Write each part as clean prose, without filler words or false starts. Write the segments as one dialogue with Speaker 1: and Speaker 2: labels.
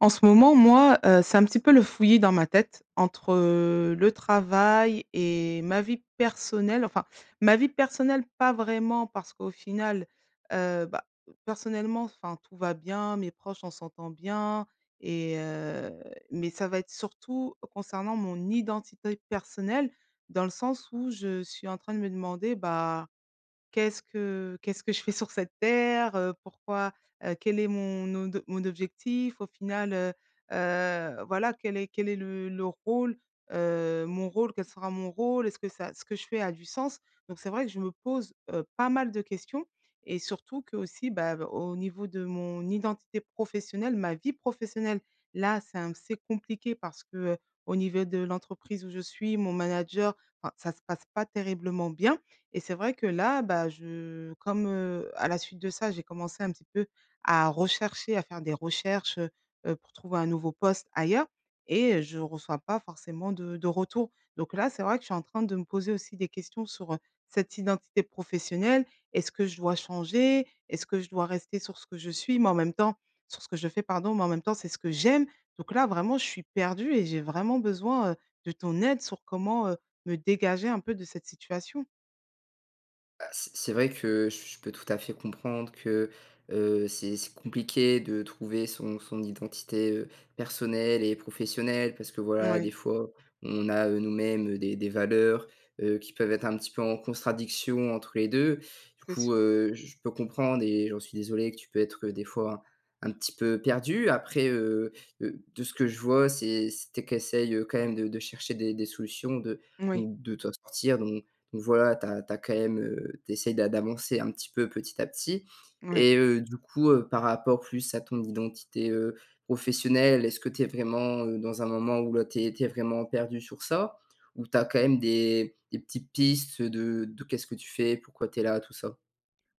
Speaker 1: En ce moment, moi, c'est un petit peu le fouillis dans ma tête entre, le travail et ma vie personnelle. Enfin, ma vie personnelle, pas vraiment parce qu'au final, bah, personnellement, enfin, tout va bien, mes proches, on s'entend bien et mais ça va être surtout concernant mon identité personnelle, dans le sens où je suis en train de me demander, bah, qu'est-ce que je fais sur cette terre? Pourquoi, quel est mon objectif? Au final, voilà, quel est le rôle, mon rôle? Quel sera mon rôle? Est-ce que ça ce que je fais a du sens? Donc c'est vrai que je me pose, pas mal de questions et surtout que aussi au niveau de mon identité professionnelle, ma vie professionnelle, là, c'est compliqué parce que, au niveau de l'entreprise où je suis, mon manager, enfin, ça se passe pas terriblement bien. Et c'est vrai que là, bah, je comme, à la suite de ça, j'ai commencé un petit peu à faire des recherches, pour trouver un nouveau poste ailleurs et je ne reçois pas forcément de retour. Donc là, c'est vrai que je suis en train de me poser aussi des questions sur, cette identité professionnelle. Est-ce que je dois changer? Est-ce que je dois rester sur ce que je suis? Mais en même temps sur ce que je fais, pardon, mais en même temps, c'est ce que j'aime. Donc là, vraiment, je suis perdue et j'ai vraiment besoin, de ton aide sur comment, me dégager un peu de cette situation.
Speaker 2: Bah, c'est vrai que je peux tout à fait comprendre que, c'est compliqué de trouver son identité, personnelle et professionnelle parce que voilà, des
Speaker 1: Ouais.
Speaker 2: fois, on a, nous-mêmes, des valeurs, qui peuvent être un petit peu en contradiction entre les 2. Du
Speaker 1: C'est
Speaker 2: coup,
Speaker 1: sûr.
Speaker 2: je peux comprendre et j'en suis désolé que tu peux être, des fois un petit peu perdu. Après, de ce que je vois, c'était que tu quand même de chercher des solutions, de
Speaker 1: Oui,
Speaker 2: donc de t'en sortir donc voilà, t'as as quand même, tu d'a d'avancer un petit peu petit à petit
Speaker 1: oui.
Speaker 2: et du coup, par rapport plus à ton identité, professionnelle, est-ce que tu es vraiment, dans un moment où là, tu es vraiment perdu sur ça? Ou tu as quand même des petites pistes de qu'est-ce que tu fais? Pourquoi tu es là? Tout ça?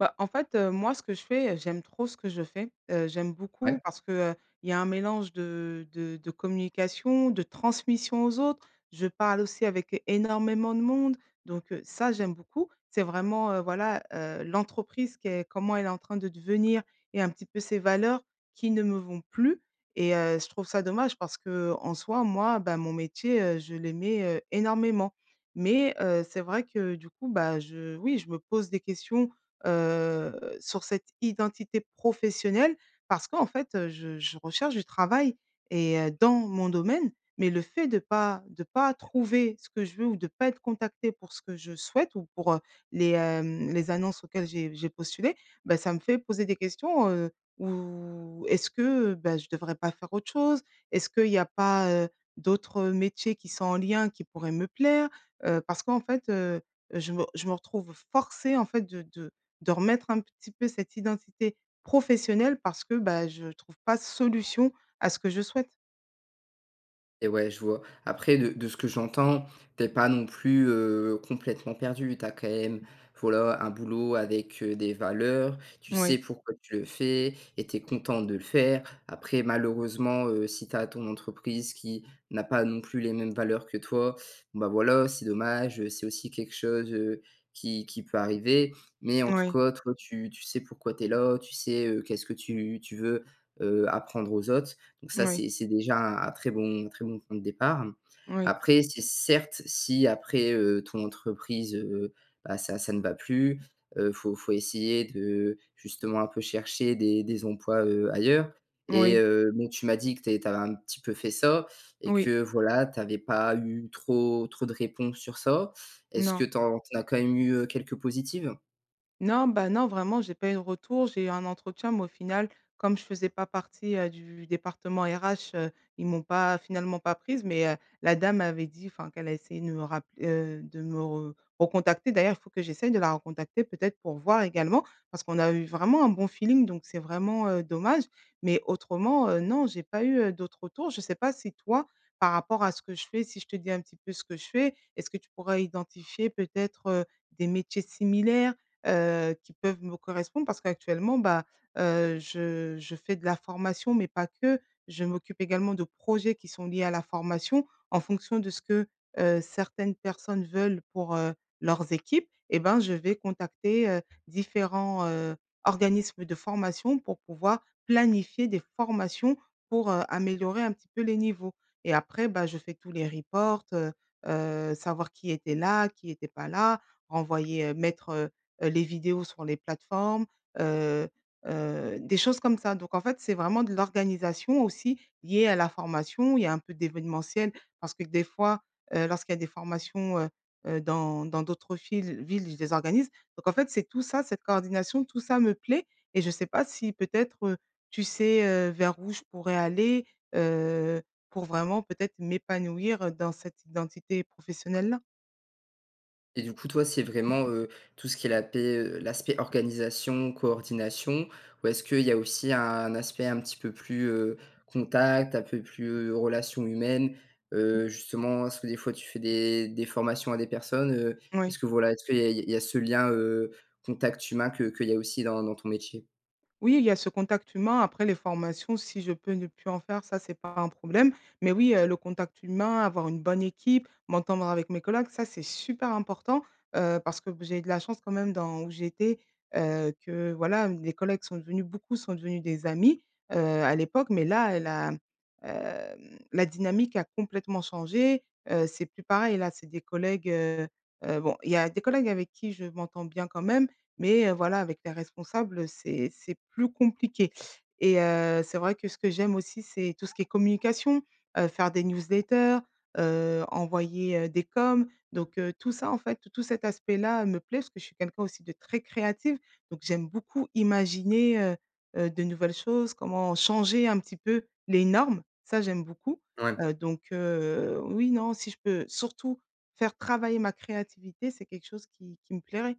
Speaker 1: Bah, en fait, moi, ce que je fais, j'aime trop ce que je fais. J'aime beaucoup
Speaker 2: Ouais.
Speaker 1: parce que, il y a un mélange de communication, de transmission aux autres. Je parle aussi avec énormément de monde, donc ça, j'aime beaucoup. C'est vraiment, voilà, l'entreprise qui est comment elle est en train de devenir et un petit peu ses valeurs qui ne me vont plus et je trouve ça dommage parce que en soi, moi, bah, mon métier, je l'aimais, énormément mais c'est vrai que du coup, bah, je oui, je me pose des questions heu, sur cette identité professionnelle parce qu'en fait, je recherche du travail et dans mon domaine, mais le fait de pas trouver ce que je veux ou de pas être contacté pour ce que je souhaite ou pour, les annonces auxquelles j'ai postulé, ben ça me fait poser des questions, ou est-ce que, ben je devrais pas faire autre chose? Est-ce qu'il y a pas, d'autres métiers qui sont en lien, qui pourraient me plaire? Parce qu'en fait, je me retrouve forcée en fait de remettre un petit peu cette identité professionnelle parce que, bah, je trouve pas de solution à ce que je souhaite.
Speaker 2: Et ouais, je vois. Après, de ce que j'entends, t'es pas non plus, complètement perdu. T'as quand même, voilà, un boulot avec, des valeurs. Tu
Speaker 1: Oui,
Speaker 2: sais pourquoi tu le fais et t'es content de le faire. Après, malheureusement, si t'as ton entreprise qui n'a pas non plus les mêmes valeurs que toi, bon, bah, voilà, c'est dommage, c'est aussi quelque chose, qui peut arriver. Mais en tout
Speaker 1: oui,
Speaker 2: cas, toi, tu sais pourquoi t'es là, tu sais, qu'est-ce que tu veux, apprendre aux autres. Donc ça,
Speaker 1: oui,
Speaker 2: c'est déjà un très bon un très bon point de départ.
Speaker 1: oui,
Speaker 2: Après, c'est certes, si après, ton entreprise, bah, ça ne va plus, faut essayer de justement un peu chercher des emplois, ailleurs et
Speaker 1: oui,
Speaker 2: bon, tu m'as dit que tu avais un petit peu fait ça et
Speaker 1: oui,
Speaker 2: que voilà, tu avais pas eu trop de réponses sur ça. Est-ce que
Speaker 1: non.
Speaker 2: tu en as quand même eu, quelques positives?
Speaker 1: Non, bah, non, vraiment, j'ai pas eu de retour. J'ai eu un entretien, mais au final, comme je faisais pas partie, du département RH, ils m'ont pas finalement pas prise, mais la dame avait dit, enfin, qu'elle a essayé de me rapp de me re recontacter. D'ailleurs, il faut que j'essaye de la recontacter peut-être pour voir également, parce qu'on a eu vraiment un bon feeling, donc c'est vraiment, dommage. Mais autrement, non, j'ai pas eu, d'autres retours. Je sais pas si toi, par rapport à ce que je fais, si je te dis un petit peu ce que je fais, est-ce que tu pourrais identifier peut-être, des métiers similaires, qui peuvent me correspondre parce qu'actuellement, bah, je fais de la formation, mais pas que. Je m'occupe également de projets qui sont liés à la formation en fonction de ce que, certaines personnes veulent pour, leurs équipes et ben, je vais contacter, différents, organismes de formation pour pouvoir planifier des formations pour, améliorer un petit peu les niveaux et après, bah, je fais tous les reports, savoir qui était là, qui était pas là, renvoyer, mettre, les vidéos sur les plateformes, heu des choses comme ça. Donc en fait, c'est vraiment de l'organisation aussi liée à la formation. Il y a un peu d'événementiel parce que des fois, lorsqu'il y a des formations, dans d'autres villes, je les organise. Donc en fait, c'est tout ça, cette coordination, tout ça me plaît et je ne sais pas si peut-être, tu sais, vers où je pourrais aller, euh, pour vraiment peut-être m'épanouir, dans cette identité professionnelle-là.
Speaker 2: Et du coup, toi, c'est vraiment, tout ce qui est la paix, l'aspect organisation, coordination ou est-ce qu'il y a aussi un aspect un petit peu plus, contact, un peu plus, relation humaine? Justement, est-ce que des fois tu fais des formations à des personnes, heu?
Speaker 1: Oui.
Speaker 2: Est-ce que voilà, est-ce qu'il y a ce lien, contact humain que qu'il y a aussi dans dans ton métier?
Speaker 1: Oui, il y a ce contact humain. Après les formations, si je peux ne plus en faire, ça, c'est pas un problème. Mais oui, le contact humain, avoir une bonne équipe, m'entendre avec mes collègues, ça, c'est super important, parce que j'ai eu de la chance quand même dans où j'étais, que voilà, les collègues sont devenus des amis, à l'époque. Mais là, la dynamique a complètement changé, c'est plus pareil. Là, c'est des collègues, bon, il y a des collègues avec qui je m'entends bien quand même, mais voilà, avec les responsables, c'est plus compliqué et c'est vrai que ce que j'aime aussi, c'est tout ce qui est communication, faire des newsletters, envoyer, des coms. Donc tout ça en fait, tout cet aspect-là me plaît parce que je suis quelqu'un aussi de très créative donc j'aime beaucoup imaginer, de nouvelles choses, comment changer un petit peu les normes. Ça, j'aime beaucoup,
Speaker 2: Ouais.
Speaker 1: donc oui, non, si je peux surtout faire travailler ma créativité, c'est quelque chose qui me plairait.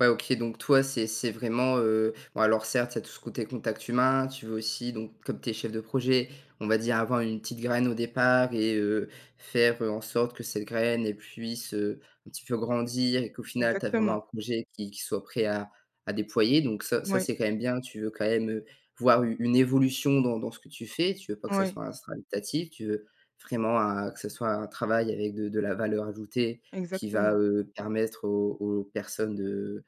Speaker 2: Ouais, OK, donc toi, c'est vraiment, bon alors certes, il y a tout ce côté contact humain, tu veux aussi donc comme tu es chef de projet, on va dire avoir une petite graine au départ et faire, en sorte que cette graine, elle puisse, un petit peu grandir et qu'au final, tu as vraiment
Speaker 1: Exactement.
Speaker 2: un projet qui soit prêt à déployer donc ça,
Speaker 1: Oui,
Speaker 2: c'est quand même bien. Tu veux quand même, voir u une évolution dans ce que tu fais. Tu veux pas que ça
Speaker 1: oui,
Speaker 2: soit instinctif, tu veux vraiment un que ce soit un travail avec de la valeur ajoutée qui va,
Speaker 1: exactement.
Speaker 2: permettre aux personnes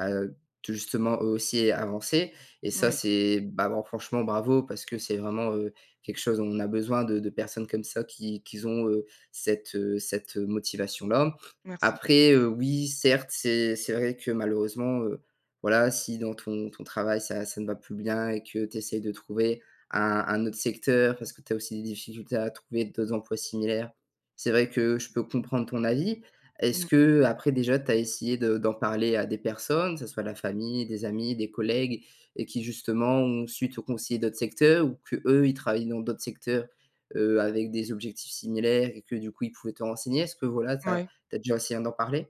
Speaker 2: heu, de justement, eux aussi, avancer et ça,
Speaker 1: Oui,
Speaker 2: c'est bah, bon, franchement, bravo parce que c'est vraiment, quelque chose on a besoin de personnes comme ça qui ont, cette, cette, motivation-là.
Speaker 1: merci.
Speaker 2: Après, oui, certes, c'est vrai que malheureusement, voilà, si dans ton travail, ça ne va plus bien et que tu essayes de trouver un autre secteur parce que tu as aussi des difficultés à trouver d'autres emplois similaires, c'est vrai que je peux comprendre ton avis.
Speaker 1: Mmh
Speaker 2: Est-ce
Speaker 1: mh.
Speaker 2: que après déjà tu as essayé de d'en parler à des personnes, que ce soit la famille, des amis, des collègues et qui justement ont su te conseiller d'autres secteurs ou que eux ils travaillent dans d'autres secteurs, avec des objectifs similaires et que du coup ils pouvaient te renseigner? Est-ce que voilà, tu as
Speaker 1: Ouais.
Speaker 2: tu as déjà essayé d'en parler?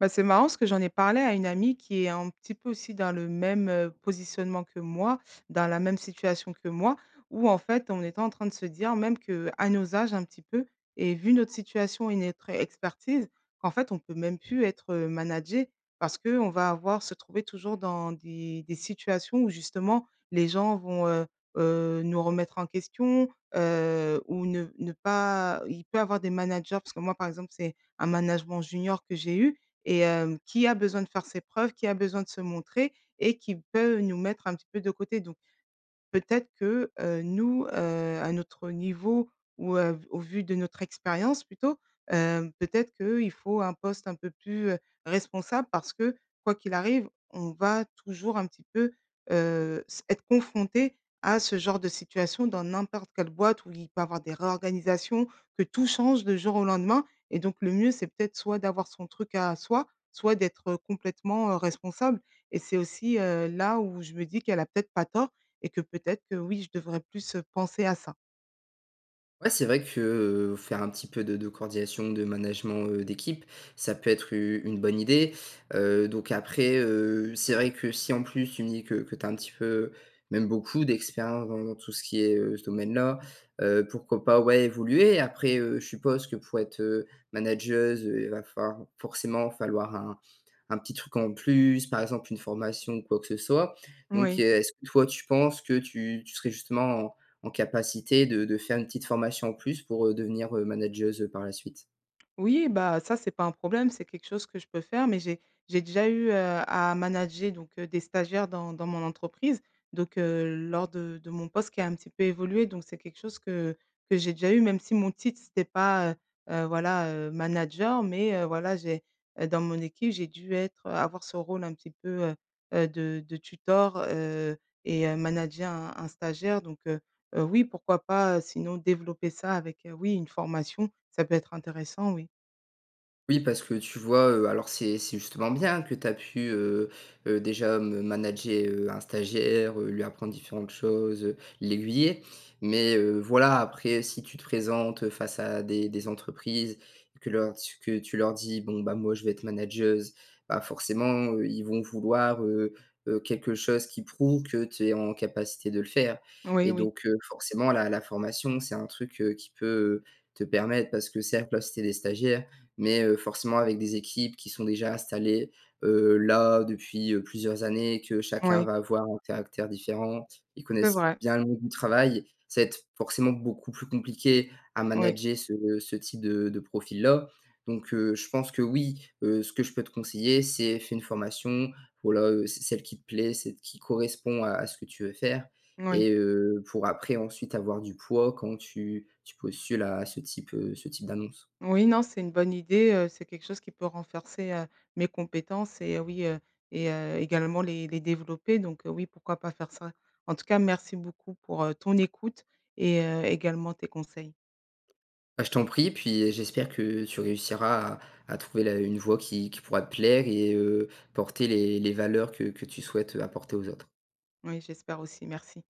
Speaker 1: Bah, c'est marrant parce que j'en ai parlé à une amie qui est un petit peu aussi dans le même, positionnement que moi, dans la même situation que moi, où en fait, on était en train de se dire même que à nos âges un petit peu et vu notre situation et notre expertise, qu'en fait, on peut même plus être, managé parce que on va avoir se trouver toujours dans des situations où justement les gens vont, nous remettre en question, ou ne pas il peut avoir des managers parce que moi, par exemple, c'est un management junior que j'ai eu et qui a besoin de faire ses preuves, qui a besoin de se montrer et qui peut nous mettre un petit peu de côté. Donc peut-être que, nous, à notre niveau ou au vu de notre expérience plutôt, peut-être qu'il faut un poste un peu plus, responsable parce que quoi qu'il arrive, on va toujours un petit peu, s être confronté à ce genre de situation dans n'importe quelle boîte où il peut y avoir des réorganisations, que tout change de jour au lendemain et donc le mieux, c'est peut-être soit d'avoir son truc à soi, soit d'être, complètement, responsable et c'est aussi, là où je me dis qu'elle a peut-être pas tort et que peut-être que oui, je devrais plus, penser à ça.
Speaker 2: Ouais, c'est vrai que, faire un petit peu de coordination, de management, d'équipe, ça peut être u une bonne idée. Donc après, c'est vrai que si en plus tu me dis que tu as un petit peu, même beaucoup d'expérience dans tout ce qui est, ce domaine-là, pourquoi pas, ouais, évoluer. Après, je suppose que pour être, manageuse, il va falloir forcément falloir un petit truc en plus, par exemple une formation ou quoi que ce soit. Donc,
Speaker 1: Oui.
Speaker 2: est-ce que toi tu penses que tu serais justement en capacité de faire une petite formation en plus pour, devenir, manageuse, par la suite.
Speaker 1: Oui, bah, ça, c'est pas un problème, c'est quelque chose que je peux faire, mais j'ai déjà eu, à manager donc des stagiaires dans mon entreprise, donc lors de mon poste qui a un petit peu évolué, donc c'est quelque chose que j'ai déjà eu, même si mon titre, c'était pas, voilà, manager, mais voilà, j'ai, dans mon équipe, j'ai dû être avoir ce rôle un petit peu, de tuteur et manager un stagiaire, donc oui, pourquoi pas, sinon développer ça avec, oui, une formation, ça peut être intéressant, oui.
Speaker 2: Oui, parce que tu vois, alors c'est justement bien que tu as pu, déjà me manager, un stagiaire, lui apprendre différentes choses, l'aiguiller. Mais, voilà, après si tu te présentes, face à des entreprises, que leur que tu leur dis: «Bon, bah, moi je vais être manageuse», bah, forcément, ils vont vouloir, quelque chose qui prouve que tu es en capacité de le faire.
Speaker 1: Oui,
Speaker 2: Et
Speaker 1: oui,
Speaker 2: donc, forcément la formation, c'est un truc, qui peut, te permettre parce que certes là, c'était des stagiaires mais forcément avec des équipes qui sont déjà installées, là depuis, plusieurs années, que chacun
Speaker 1: oui,
Speaker 2: va avoir un caractère différent. Ils
Speaker 1: c'est
Speaker 2: connaissent
Speaker 1: vrai.
Speaker 2: bien le monde du travail. Ça va être forcément beaucoup plus compliqué à
Speaker 1: Oui,
Speaker 2: manager ce type de profil-là. Donc je pense que oui, ce que je peux te conseiller, c'est fais une formation, voilà, c celle qui te plaît, celle qui correspond à ce que tu veux faire
Speaker 1: oui.
Speaker 2: et pour après ensuite avoir du poids quand tu postules à ce type d'annonce.
Speaker 1: Oui, non, c'est une bonne idée, c'est quelque chose qui peut renforcer, mes compétences et oui, et également les développer donc oui, pourquoi pas faire ça? En tout cas, merci beaucoup pour, ton écoute et également tes conseils.
Speaker 2: Bah, je t'en prie, puis j'espère que tu réussiras à trouver la une voie qui pourra te plaire et porter les valeurs que tu souhaites apporter aux autres.
Speaker 1: Oui, j'espère aussi, merci.